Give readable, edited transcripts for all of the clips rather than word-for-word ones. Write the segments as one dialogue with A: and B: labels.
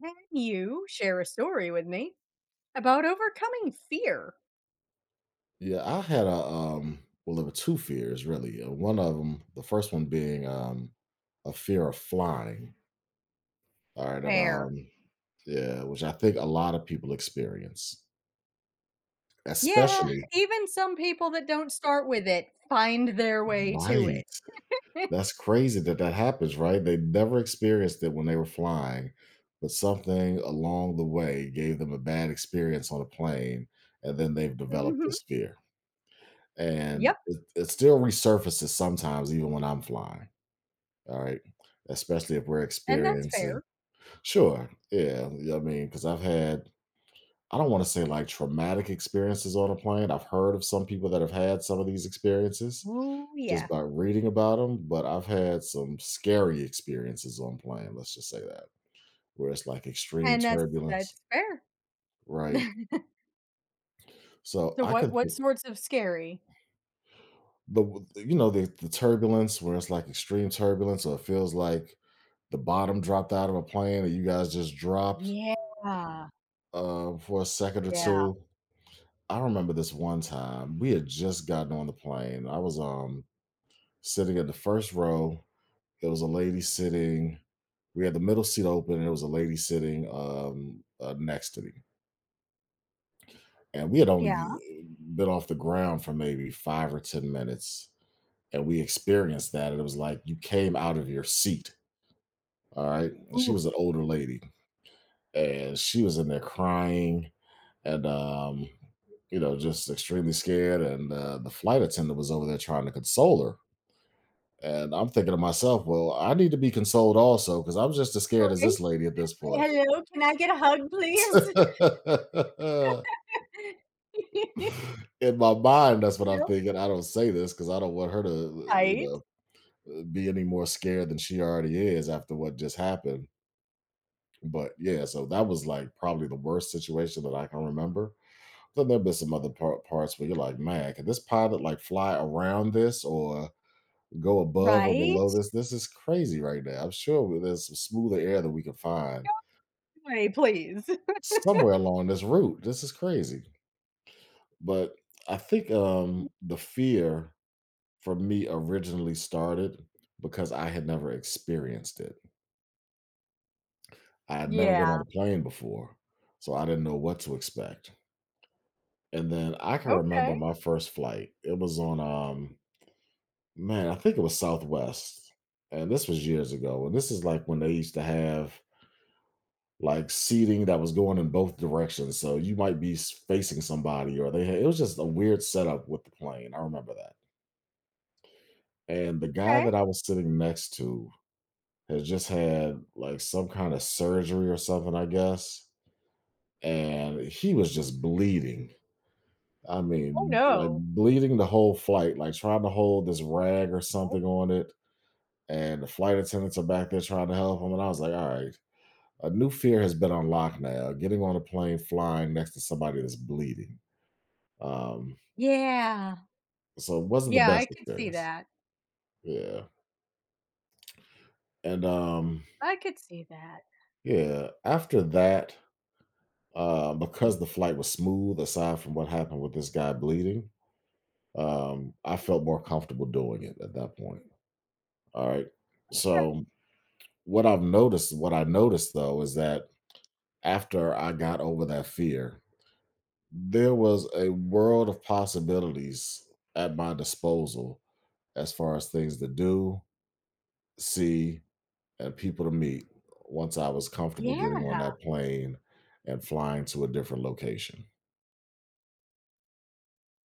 A: Can you share a story with me about overcoming fear?
B: Yeah, I had a well, there were two fears really. One of them, the first one being a fear of flying. All right, and
A: Fair.
B: yeah, which I think a lot of people experience.
A: Yeah,
B: Especially.
A: even some people that don't start with it find their way to
B: Right.
A: it.
B: That's crazy that that happens, right? They never experienced it when they were flying, but something along the way gave them a bad experience on a plane, and then they've developed
A: Mhm.
B: this fear. And
A: Yep,
B: it still resurfaces sometimes even when I'm flying. All right. Especially if we're
A: and that's
B: experiencing.
A: fair.
B: Sure, yeah, yeah, I mean, because 'cause I don't wanna say, like, traumatic experiences on a plane. I've heard of some people that have had some of these experiences
A: Ooh,
B: just
A: yeah.
B: by reading about them, but I've had some scary experiences on plane, let's just say that, where it's, like, extreme
A: And that's
B: turbulence.
A: that's fair.
B: Right. So,
A: So
B: I
A: what
B: can
A: what
B: think
A: sorts of scary?
B: the w you know, the turbulence where it's, like, extreme turbulence, or it feels like the bottom dropped out of a plane and you guys just dropped,
A: Yeah.
B: for a second or
A: Yeah.
B: two. I remember this one time we had just gotten on the plane. I was sitting in the first row. There was a lady sitting. We had the middle seat open, and there was a lady sitting next to me. And we had only
A: Yeah.
B: been off the ground for maybe 5 or 10 minutes, and we experienced that. And it was like you came out of your seat. All right, and she
A: Ooh,
B: was an older lady, and she was in there crying and just extremely scared, and the flight attendant was over there trying to console her, and I'm thinking to myself, well, I need to be consoled also, because I'm just as scared as
A: right?
B: this lady at this point.
A: Hello, can I get a hug, please?
B: In my mind, that's what I'm
A: Yep,
B: thinking. I don't say this because I don't want her to you
A: right.
B: know be any more scared than she already is after what just happened. But yeah, so that was like probably the worst situation that I can remember. Then there'll be some other parts where you're like, "Man, could this pilot, like, fly around this or go above or below
A: Right?
B: this? This is crazy right now. I'm sure there's some smoother air that we can find
A: Hey, please.
B: somewhere along this route. This is crazy." But I think, the fear for me originally started because I had never experienced it. I had never been
A: Yeah.
B: on a plane before, so I didn't know what to expect. And then I can remember
A: Okay.
B: my first flight. It was on, man, I think it was Southwest, and this was years ago, and this is, like, when they used to have, like, seating that was going in both directions, so you might be s facing somebody, or they had it was just a weird setup with the plane, I remember that, and the guy
A: Okay.
B: that I was sitting next to has just had, like, some kinda surgery or something, I guess, and he was just bleeding. I
A: Oh,
B: mean, like,
A: no.
B: bleeding the whole flight, like, trying to hold this rag or
A: Oh.
B: something on it, and the flight attendants are back there trying to help him. And I was like, all right, a new fear has been unlocked now. Getting on a plane, flying next to somebody that's bleeding. Um,
A: Yeah.
B: so it wasn't the
A: Yeah, I
B: best
A: could see
B: experience.
A: that.
B: Yeah, and
A: I could see that.
B: yeah. After that, because the flight was smooth, aside from what happened with this guy bleeding, I felt more comfortable doing it at that point. All right. So what I noticed though, is that after I got over that fear, there was a world of possibilities at my disposal as far as things to do, see, and people to meet once I was comfortable getting on
A: Yeah,
B: that plane and flying to a different location.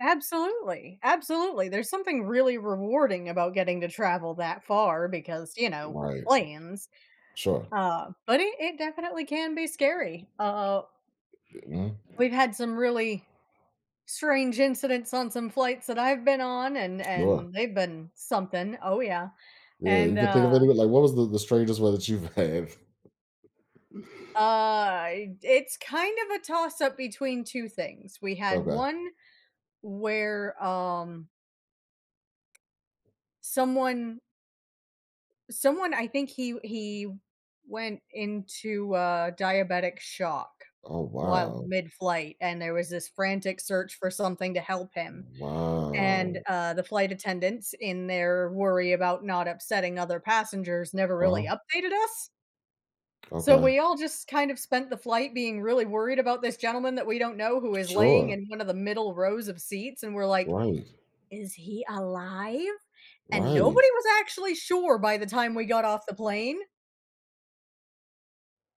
A: absolutely, absolutely. There's something really rewarding about getting to travel that far.
B: Right.
A: Planes,
B: Sure.
A: but it definitely can be scary.
B: Mhm.
A: We've had some really strange incidents on some flights that I've been on and
B: Sure.
A: and they've been something. Oh, yeah.
B: Yeah,
A: And,
B: you can think of any, like, what was the strangest one that you've had?
A: uh, it's kind of a toss up between 2 things. We had
B: Okay.
A: one where someone someone I think he went into diabetic shock
B: Oh,
A: while
B: wow.
A: mid-flight, and there was this frantic search for something to help him, and
B: Wow.
A: the flight attendants, in their worry about not upsetting other passengers, never really
B: Oh,
A: updated us. So
B: okay.
A: we all just kind of spent the flight being really worried about this gentleman that we don't know, who is laying
B: Sure.
A: in one of the middle rows of seats, and we're like,
B: Right.
A: is he alive? And
B: Right.
A: nobody was actually sure by the time we got off the plane.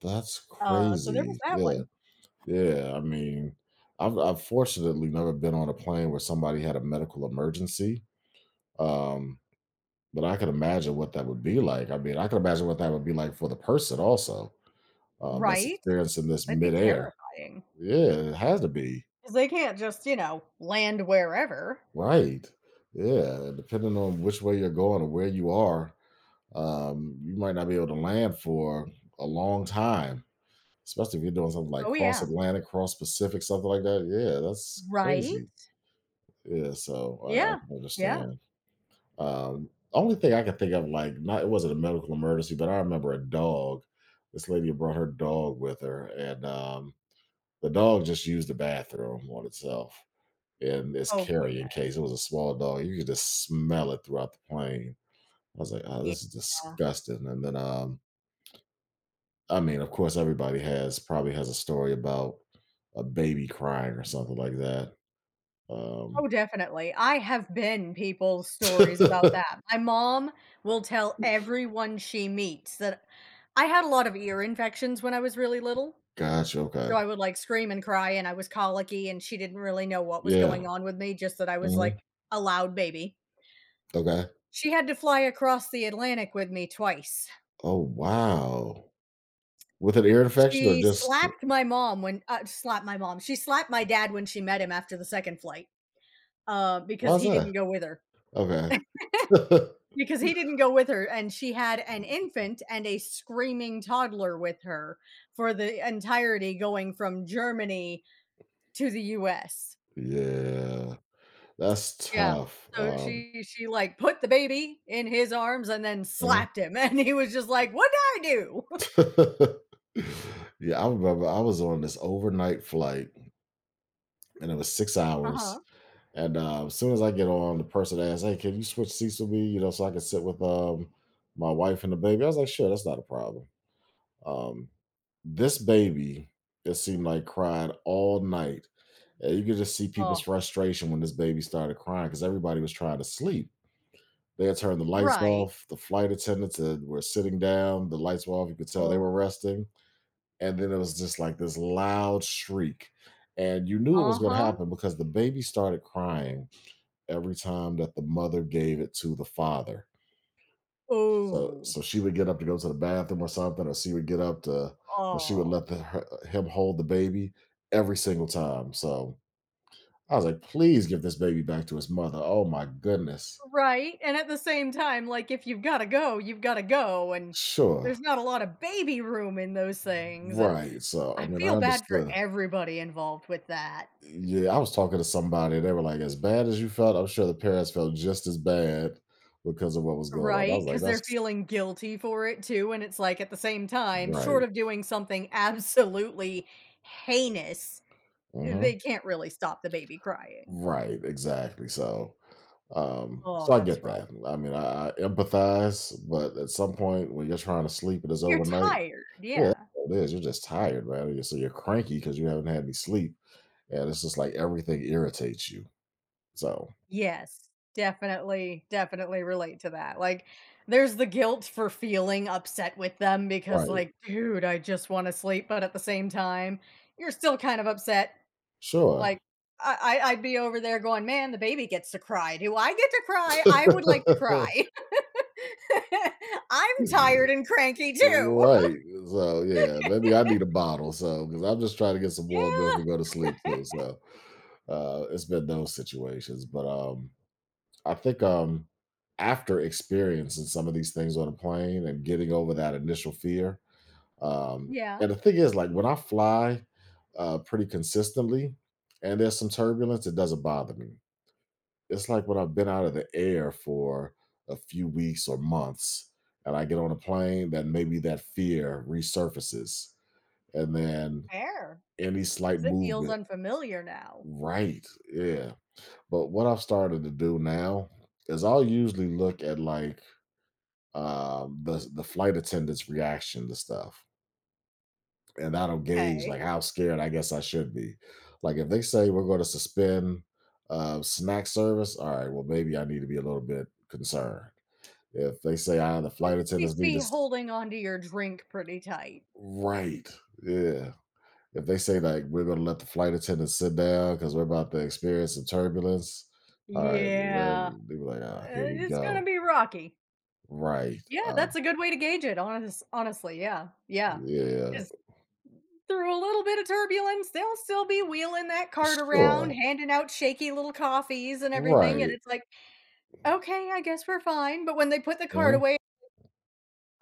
B: That's
A: So there was
B: crazy.
A: that
B: Yeah.
A: one.
B: Yeah, I mean, I've fortunately never been on a plane where somebody had a medical emergency. Um, but I could imagine what that would be like. I mean, I could imagine what that would be like for the person also, that's
A: Right?
B: experiencing this
A: That'd be
B: midair.
A: terrifying because
B: Yeah, it has to be.
A: they can't just, you know, land wherever.
B: Right. Yeah. And depending on which way you're going or where you are, you might not be able to land for a long time, especially if you're doing something like
A: Oh,
B: cross
A: yeah.
B: Atlantic, cross Pacific, something like that. Yeah, that's
A: Right?
B: crazy. Yeah, so I
A: Yeah.
B: can
A: Yeah.
B: understand. Only thing I can think of, like, not it wasn't a medical emergency, but I remember a dog. This lady brought her dog with her, and the dog just used the bathroom on itself in its
A: Oh,
B: carrying case. It
A: goodness.
B: was a small dog. You could just smell it throughout the plane. I was like, oh,
A: Yeah.
B: this is disgusting. And then, I mean, of course, everybody has probably has a story about a baby crying or something like that. Um,
A: Oh, definitely. I have been people's stories about that. My mom will tell everyone she meets that I had a lot of ear infections when I was really little.
B: Gotcha.
A: So
B: Okay.
A: I would, like, scream and cry, and I was colicky, and she didn't really know what was going
B: Yeah.
A: on with me, just that I was, like,
B: Mhm.
A: a loud baby.
B: Okay.
A: She had to fly across the Atlantic with me twice.
B: Oh, wow. With an ear infection or
A: She
B: just.
A: slapped my mom when slapped my mom. She slapped my dad when she met him after the 2nd flight,
B: Why
A: because
B: is
A: he didn't
B: that?
A: go with her.
B: Okay.
A: Because he didn't go with her, and she had an infant and a screaming toddler with her for the entirety going from Germany to the US.
B: Yeah, that's
A: Yeah.
B: tough.
A: So she, like, put the baby in his arms and then
B: Mhm.
A: slapped him, and he was just like, "What did I do?"
B: Yeah, I remember I was on this overnight flight, and it was 6 hours.
A: Uh-huh.
B: And, as soon as I get on, the person asked, "Hey, can you switch seats with me, so I can sit with, my wife and the baby?" I was like, "Sure, that's not a problem." Um, this baby, it seemed like, cried all night. Yeah, you could just see people's
A: Oh,
B: frustration when this baby started crying because everybody was trying to sleep. They had turned the lights
A: right.
B: off. The flight attendants were sitting down. The lights were off. You could tell they
A: Oh.
B: were resting. And then it was just like this loud shriek. And you knew it was what
A: Uh-huh.
B: happened because the baby started crying every time that the mother gave it to the father. So,
A: Oh.
B: she would get up to go to the bathroom or something, or she would get up to, and she would
A: Oh.
B: let him hold the baby every single time. So, I was like, please give this baby back to his mother. Oh my goodness.
A: Right, and at the same time, like, if you've gotta go, you've gotta go, and
B: Sure.
A: there's not a lot of baby room in those things, and
B: Right. So I
A: I
B: mean,
A: feel
B: I
A: bad for
B: understood.
A: everybody involved with that.
B: Yeah, I was talking to somebody, they were like, as bad as you felt, I'm sure the parents felt just as bad because of what was going on. I
A: Right,
B: was like,
A: because 'cause they're
B: that's
A: feeling guilty for it too, and it's like, at the same time, short
B: right.
A: of doing something absolutely heinous,
B: Mhm.
A: they can't really stop the baby crying.
B: Right, exactly. So um,
A: Oh,
B: so I
A: that's
B: get that.
A: rough.
B: I mean, I empathize, but at some point, when you're trying to sleep, it's
A: You're
B: overnight.
A: tired,
B: Yeah, that's
A: yeah.
B: what it is. You're just tired, man. So you're cranky because you haven't had any sleep, and it's just like everything irritates you. So,
A: Yes, definitely, definitely relate to that, like, there's the guilt for feeling upset with them because,
B: right,
A: like, "Dude, I just wanna sleep," but at the same time, you're still kind of upset. Like,
B: sure,
A: I'd be over there going, "Man, the baby gets to cry. Do I get to cry? I would like to cry. I'm tired and cranky too."
B: right. So, yeah, maybe I need a bottle. So, because I'm just trying to get some warm milk
A: Yeah.
B: and go to sleep too. So, it's been those situations, but I think, after experiencing some of these things on a plane and getting over that initial fear. Um,
A: Yeah.
B: and the thing is, like, when I fly pretty consistently and there's some turbulence, it doesn't bother me. It's like when I've been out of the air for a few weeks or months and I get on a plane, then maybe that fear resurfaces. And then
A: Fair,
B: any slight
A: 'cause it feels
B: movement,
A: unfamiliar now.
B: right? Yeah. But what I've started to do now is I'll usually look at, like, the flight attendant's reaction to stuff, and that'll gauge,
A: Hey,
B: like, how scared I guess I should be. Like, if they say we're going to suspend snack service, all right, well, maybe I need to be a little bit concerned. If they say, the flight
A: at
B: attendants
A: least
B: need
A: be
B: to.
A: holding on to your drink pretty tight.
B: Right? Yeah. If they say, like, we're going to let the flight attendants sit down because we're about to experience some turbulence, all right,
A: Yeah.
B: then they be like, here we
A: It's gonna
B: go.
A: be rocky.
B: Right.
A: Yeah, that's a good way to gauge it, honestly, yeah, yeah.
B: Yeah.
A: 'Cause through a little bit of turbulence, they'll still be wheeling that cart around,
B: Sure.
A: handing out shaky little coffees and everything. And
B: Right.
A: it's like, okay, I guess we're fine. But when they put the cart
B: Hmm.
A: away,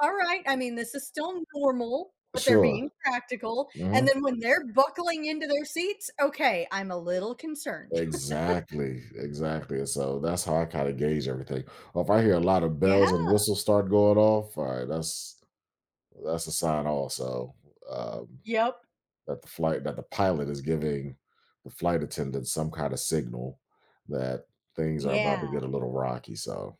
A: all right, I mean, this is still normal, but they're
B: Sure.
A: being practical. And
B: Hmm.
A: then when they're buckling into their seats, okay, I'm a little concerned.
B: Exactly, exactly, and so that's how I kinda gauge everything. Or if I hear a lot of
A: Yeah.
B: bells and whistles start going off, alright, that's a sign also, um,
A: Yep.
B: that the flight that the pilot is giving the flight attendant some kinda signal that things are about to get
A: Yeah.
B: a little rocky, so,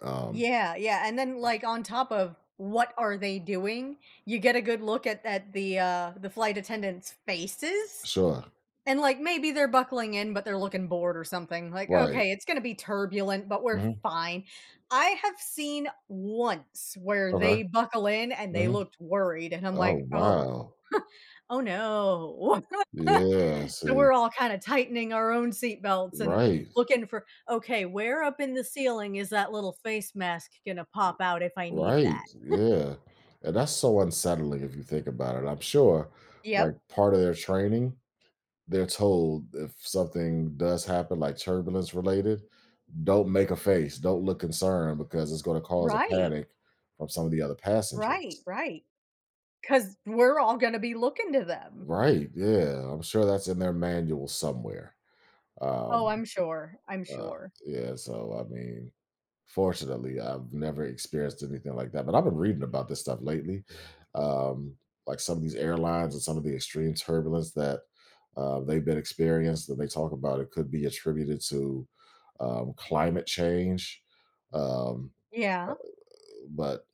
B: um
A: Yeah. Yeah. And then like on top of what are they doing? You get a good look at the flight attendants' faces.
B: Sure.
A: And, like, maybe they're buckling in, but they're looking bored or something. Like,
B: Right.
A: okay, it's gonna be turbulent, but we're
B: Mhm.
A: fine. I have seen once where
B: Okay.
A: they buckle in and they
B: Mhm.
A: looked worried, and I'm
B: Oh,
A: like, "Oh,
B: wow.
A: oh no."
B: Yeah,
A: So
B: see.
A: we're all kinda tightening our own seatbelts and
B: Right.
A: looking for, "Okay, where up in the ceiling is that little face mask gonna pop out if I need that?"
B: Right, yeah, and that's so unsettling if you think about it. I'm sure, like,
A: Yep.
B: part of their training, they're told if something does happen, like turbulence related, don't make a face, don't look concerned because it's gonna cause a
A: Right.
B: panic from some of the other
A: Right,
B: passengers.
A: right. Because 'Cause we're all gonna be looking to them.
B: Right, yeah, I'm sure that's in their manual somewhere.
A: Oh,
B: Um,
A: I'm sure, I'm
B: uh,
A: sure.
B: yeah, so I mean, fortunately, I've never experienced anything like that, but I've been reading about this stuff lately. Um, like some of these airlines and some of the extreme turbulence that they've been experienced, that they talk about, it could be attributed to, climate change. Um,
A: Yeah.
B: but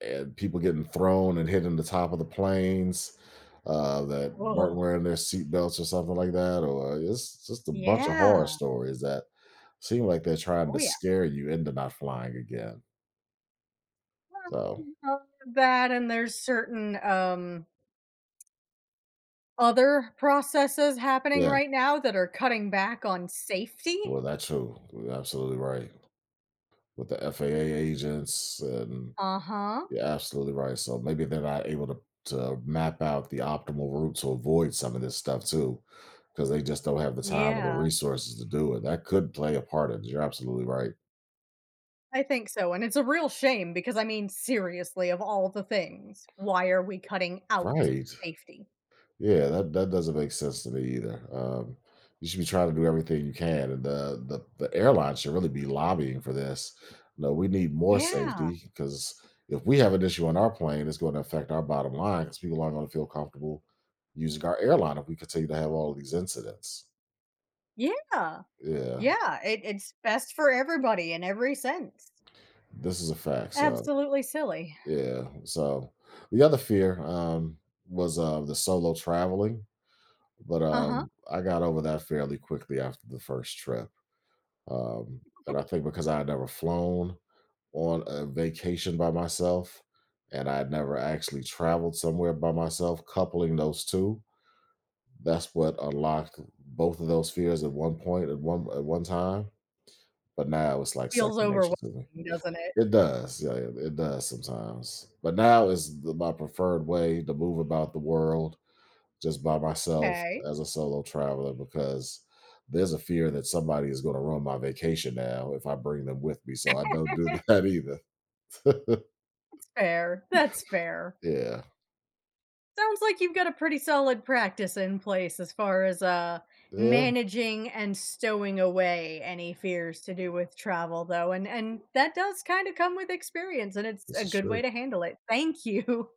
B: And people getting thrown and hitting the top of the planes, that weren't
A: Oh,
B: wearing their seatbelts or something like that, or it's just a bunch of horror
A: yeah.
B: stories that seem like they're trying
A: Oh,
B: to
A: yeah.
B: scare you into not flying again. So,
A: Well, that and there's certain, other processes happening
B: yeah,
A: right now that are cutting back on safety.
B: well, that's true. You're absolutely right. With the FAA agents, and
A: Uh-huh.
B: you're absolutely right. So maybe they're not able to map out the optimal route to avoid some of this stuff too, because they just don't have the time or the
A: Yeah.
B: resources to do it. That could play a part in it. You're absolutely right.
A: I think so, and it's a real shame because, I mean, seriously, of all the things, why are we cutting out
B: Right.
A: safety?
B: Yeah, that doesn't make sense to me either. You should be trying to do everything you can, and the airline should really be lobbying for this. No, we need more
A: Yeah.
B: safety because if we have an issue on our plane, it's going to affect our bottom line because people aren't going to feel comfortable using our airline if we continue to have all of these incidents.
A: Yeah.
B: Yeah,
A: Yeah. It's best for everybody in every sense.
B: this is a fact. So
A: Absolutely silly.
B: yeah, so the other fear, was, the solo traveling, but
A: Uh-huh.
B: I got over that fairly quickly after the first trip. Um, and I think because I had never flown on a vacation by myself and I had never actually traveled somewhere by myself, coupling those two, that's what unlocked both of those fears at one point, at one time. But now it's like
A: Feels
B: second nature to me.
A: overwhelming, doesn't it?
B: It does, yeah, it does sometimes. But now is the, my preferred way to move about the world just by myself
A: Okay.
B: as a solo traveler, because there's a fear that somebody is going to ruin my vacation now if I bring them with me. So I don't do that either.
A: That's fair, that's fair.
B: Yeah.
A: Sounds like you've got a pretty solid practice in place as far as,
B: Yeah.
A: managing and stowing away any fears to do with travel though, and that does kinda come with experience, and it's
B: This
A: a
B: is
A: good way
B: true.
A: to handle it. Thank you.